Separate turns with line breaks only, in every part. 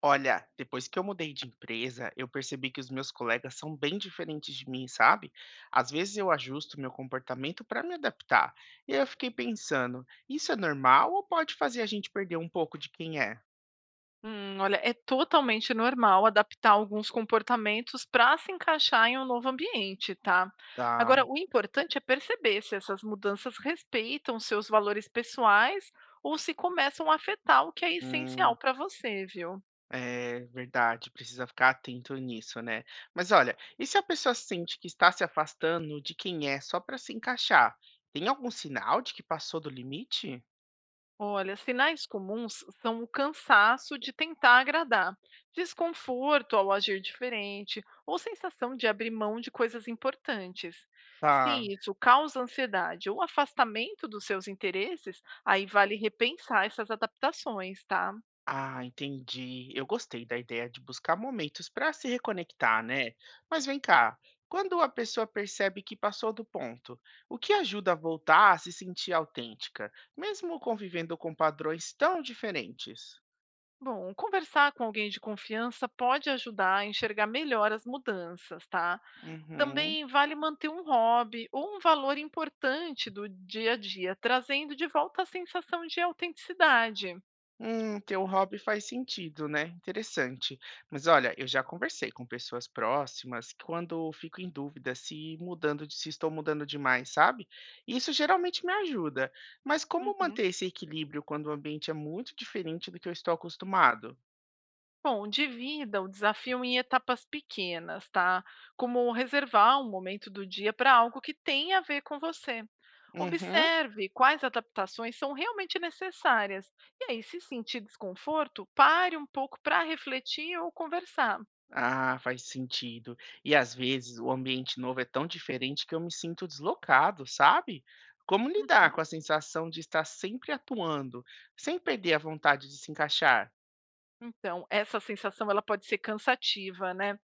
Olha, depois que eu mudei de empresa, eu percebi que os meus colegas são bem diferentes de mim, sabe? Às vezes eu ajusto meu comportamento para me adaptar. E eu fiquei pensando, isso é normal ou pode fazer a gente perder um pouco de quem é?
Olha, é totalmente normal adaptar alguns comportamentos para se encaixar em um novo ambiente, tá?
Tá,
Agora, o importante é perceber se essas mudanças respeitam seus valores pessoais ou se começam a afetar o que é essencial
hum,
para você, viu?
é verdade, precisa ficar atento nisso, né? Mas olha, e se a pessoa sente que está se afastando de quem é só para se encaixar? Tem algum sinal de que passou do limite?
Olha, sinais comuns são o cansaço de tentar agradar, desconforto ao agir diferente ou sensação de abrir mão de coisas importantes.
Tá.
Se isso causa ansiedade ou afastamento dos seus interesses, aí vale repensar essas adaptações, tá?
Ah, entendi. Eu gostei da ideia de buscar momentos para se reconectar, né? Mas vem cá, quando a pessoa percebe que passou do ponto, o que ajuda a voltar a se sentir autêntica, mesmo convivendo com padrões tão diferentes?
Bom, conversar com alguém de confiança pode ajudar a enxergar melhor as mudanças, tá?
Uhum.
Também vale manter um hobby ou um valor importante do dia a dia, trazendo de volta a sensação de autenticidade.
Teu hobby faz sentido, né? Interessante. Mas olha, eu já conversei com pessoas próximas que quando eu fico em dúvida se estou mudando demais, sabe? Isso geralmente me ajuda. Mas como
Uhum.
manter esse equilíbrio quando o ambiente é muito diferente do que eu estou acostumado?
Bom, divida o desafio em etapas pequenas, tá? Como reservar um momento do dia para algo que tem a ver com você.
Uhum.
Observe quais adaptações são realmente necessárias. E aí, se sentir desconforto, pare um pouco para refletir ou conversar.
Ah, faz sentido. E às vezes o ambiente novo é tão diferente que eu me sinto deslocado, sabe? Como
Uhum.
lidar com a sensação de estar sempre atuando, sem perder a vontade de se encaixar?
Então, essa sensação ela pode ser cansativa, né?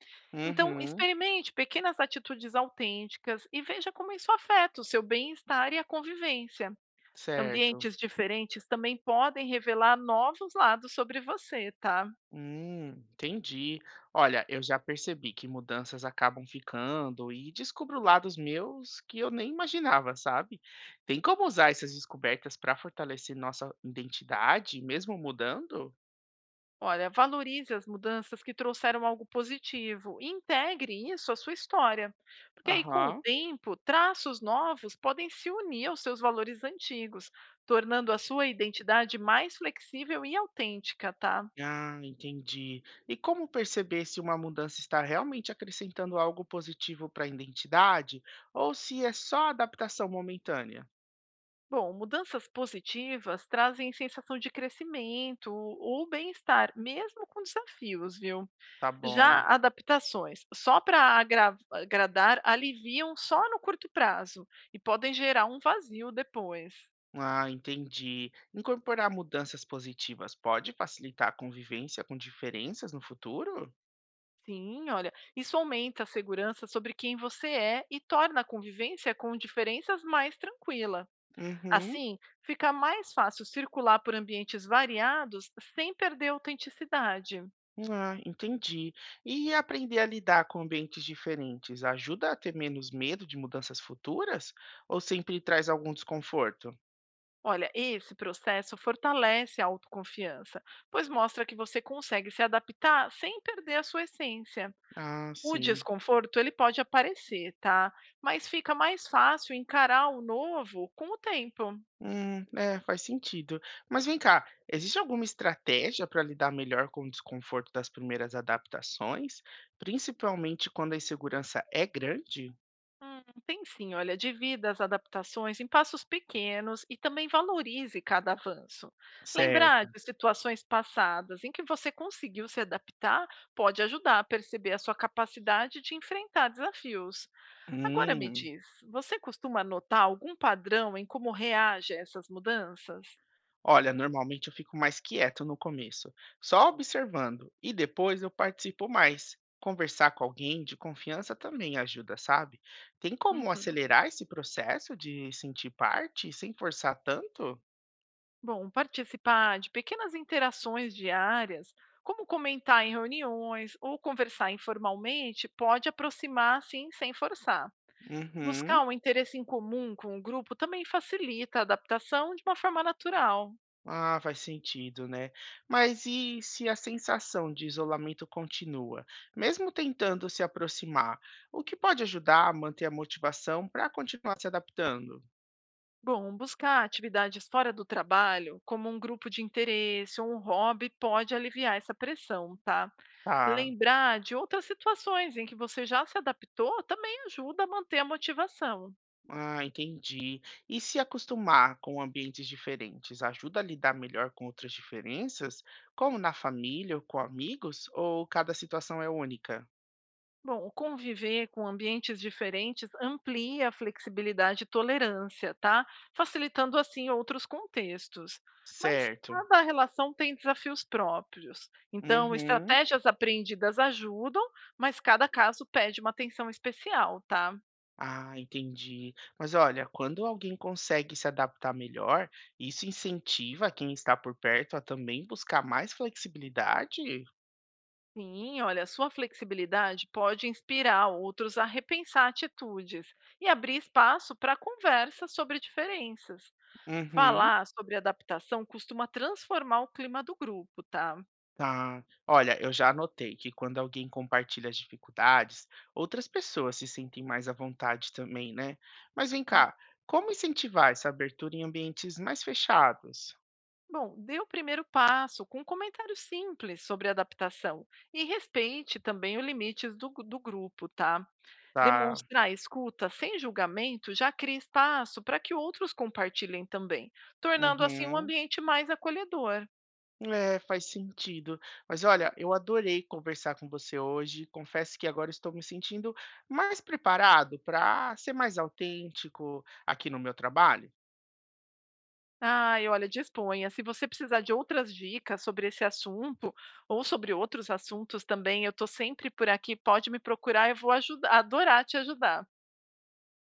Então,
Uhum,
experimente pequenas atitudes autênticas e veja como isso afeta o seu bem-estar e a convivência.
certo.
Ambientes diferentes também podem revelar novos lados sobre você, tá?
Entendi. Olha, eu já percebi que mudanças acabam ficando e descubro lados meus que eu nem imaginava, sabe? Tem como usar essas descobertas para fortalecer nossa identidade, mesmo mudando?
Olha, valorize as mudanças que trouxeram algo positivo e integre isso à sua história. Porque aí, com o
Aham.
tempo, traços novos podem se unir aos seus valores antigos, tornando a sua identidade mais flexível e autêntica, tá?
Ah, entendi. E como perceber se uma mudança está realmente acrescentando algo positivo para a identidade ou se é só adaptação momentânea?
Bom, mudanças positivas trazem sensação de crescimento ou bem-estar, mesmo com desafios, viu?
Tá bom.
Já adaptações só para agradar aliviam só no curto prazo e podem gerar um vazio depois.
Ah, entendi. Incorporar mudanças positivas pode facilitar a convivência com diferenças no futuro?
Sim, olha, isso aumenta a segurança sobre quem você é e torna a convivência com diferenças mais tranquila.
Uhum.
Assim, fica mais fácil circular por ambientes variados sem perder a autenticidade.
Ah, entendi. E aprender a lidar com ambientes diferentes ajuda a ter menos medo de mudanças futuras? Ou sempre traz algum desconforto?
Olha, esse processo fortalece a autoconfiança, pois mostra que você consegue se adaptar sem perder a sua essência.
Ah,
O
sim.
desconforto, ele pode aparecer, tá? Mas fica mais fácil encarar o novo com o tempo.
É, faz sentido. Mas vem cá, existe alguma estratégia para lidar melhor com o desconforto das primeiras adaptações, principalmente quando a insegurança é grande?
Tem sim, olha, divida as adaptações em passos pequenos e também valorize cada avanço. Lembrar
Certo.
de situações passadas em que você conseguiu se adaptar pode ajudar a perceber a sua capacidade de enfrentar desafios. Agora me
Hum.
diz, você costuma notar algum padrão em como reage a essas mudanças?
Olha, normalmente eu fico mais quieto no começo, só observando, e depois eu participo mais. Conversar com alguém de confiança também ajuda, sabe? Tem como
Uhum.
acelerar esse processo de sentir parte sem forçar tanto?
Bom, participar de pequenas interações diárias, como comentar em reuniões ou conversar informalmente, pode aproximar, sim, sem forçar.
Uhum.
Buscar um interesse em comum com o grupo também facilita a adaptação de uma forma natural.
Ah, faz sentido, né? Mas e se a sensação de isolamento continua, mesmo tentando se aproximar, o que pode ajudar a manter a motivação para continuar se adaptando?
Bom, buscar atividades fora do trabalho, como um grupo de interesse ou um hobby, pode aliviar essa pressão, tá?
Tá.
Lembrar de outras situações em que você já se adaptou também ajuda a manter a motivação.
Ah, entendi. E se acostumar com ambientes diferentes ajuda a lidar melhor com outras diferenças, como na família ou com amigos, ou cada situação é única?
Bom, conviver com ambientes diferentes amplia a flexibilidade e tolerância, tá? Facilitando assim outros contextos. Mas
Certo.
cada relação tem desafios próprios. Então,
Uhum.
estratégias aprendidas ajudam, mas cada caso pede uma atenção especial, tá?
Ah, entendi. Mas olha, quando alguém consegue se adaptar melhor, isso incentiva quem está por perto a também buscar mais flexibilidade?
Sim, olha, sua flexibilidade pode inspirar outros a repensar atitudes e abrir espaço para conversa sobre diferenças.
Uhum.
Falar sobre adaptação costuma transformar o clima do grupo, tá?
Tá. Olha, eu já anotei que quando alguém compartilha as dificuldades, outras pessoas se sentem mais à vontade também, né? Mas vem
Hum,
cá, como incentivar essa abertura em ambientes mais fechados?
Bom, dê o primeiro passo com um comentário simples sobre adaptação e respeite também os limites do grupo, tá?
Tá.
Demonstrar escuta sem julgamento já cria espaço para que outros compartilhem também, tornando assim um
Uhum.
ambiente mais acolhedor.
É, faz sentido. Mas olha, eu adorei conversar com você hoje. Confesso que agora estou me sentindo mais preparado para ser mais autêntico aqui no meu trabalho.
Ai, olha, disponha. Se você precisar de outras dicas sobre esse assunto ou sobre outros assuntos também, eu estou sempre por aqui. Pode me procurar, eu vou adorar te ajudar.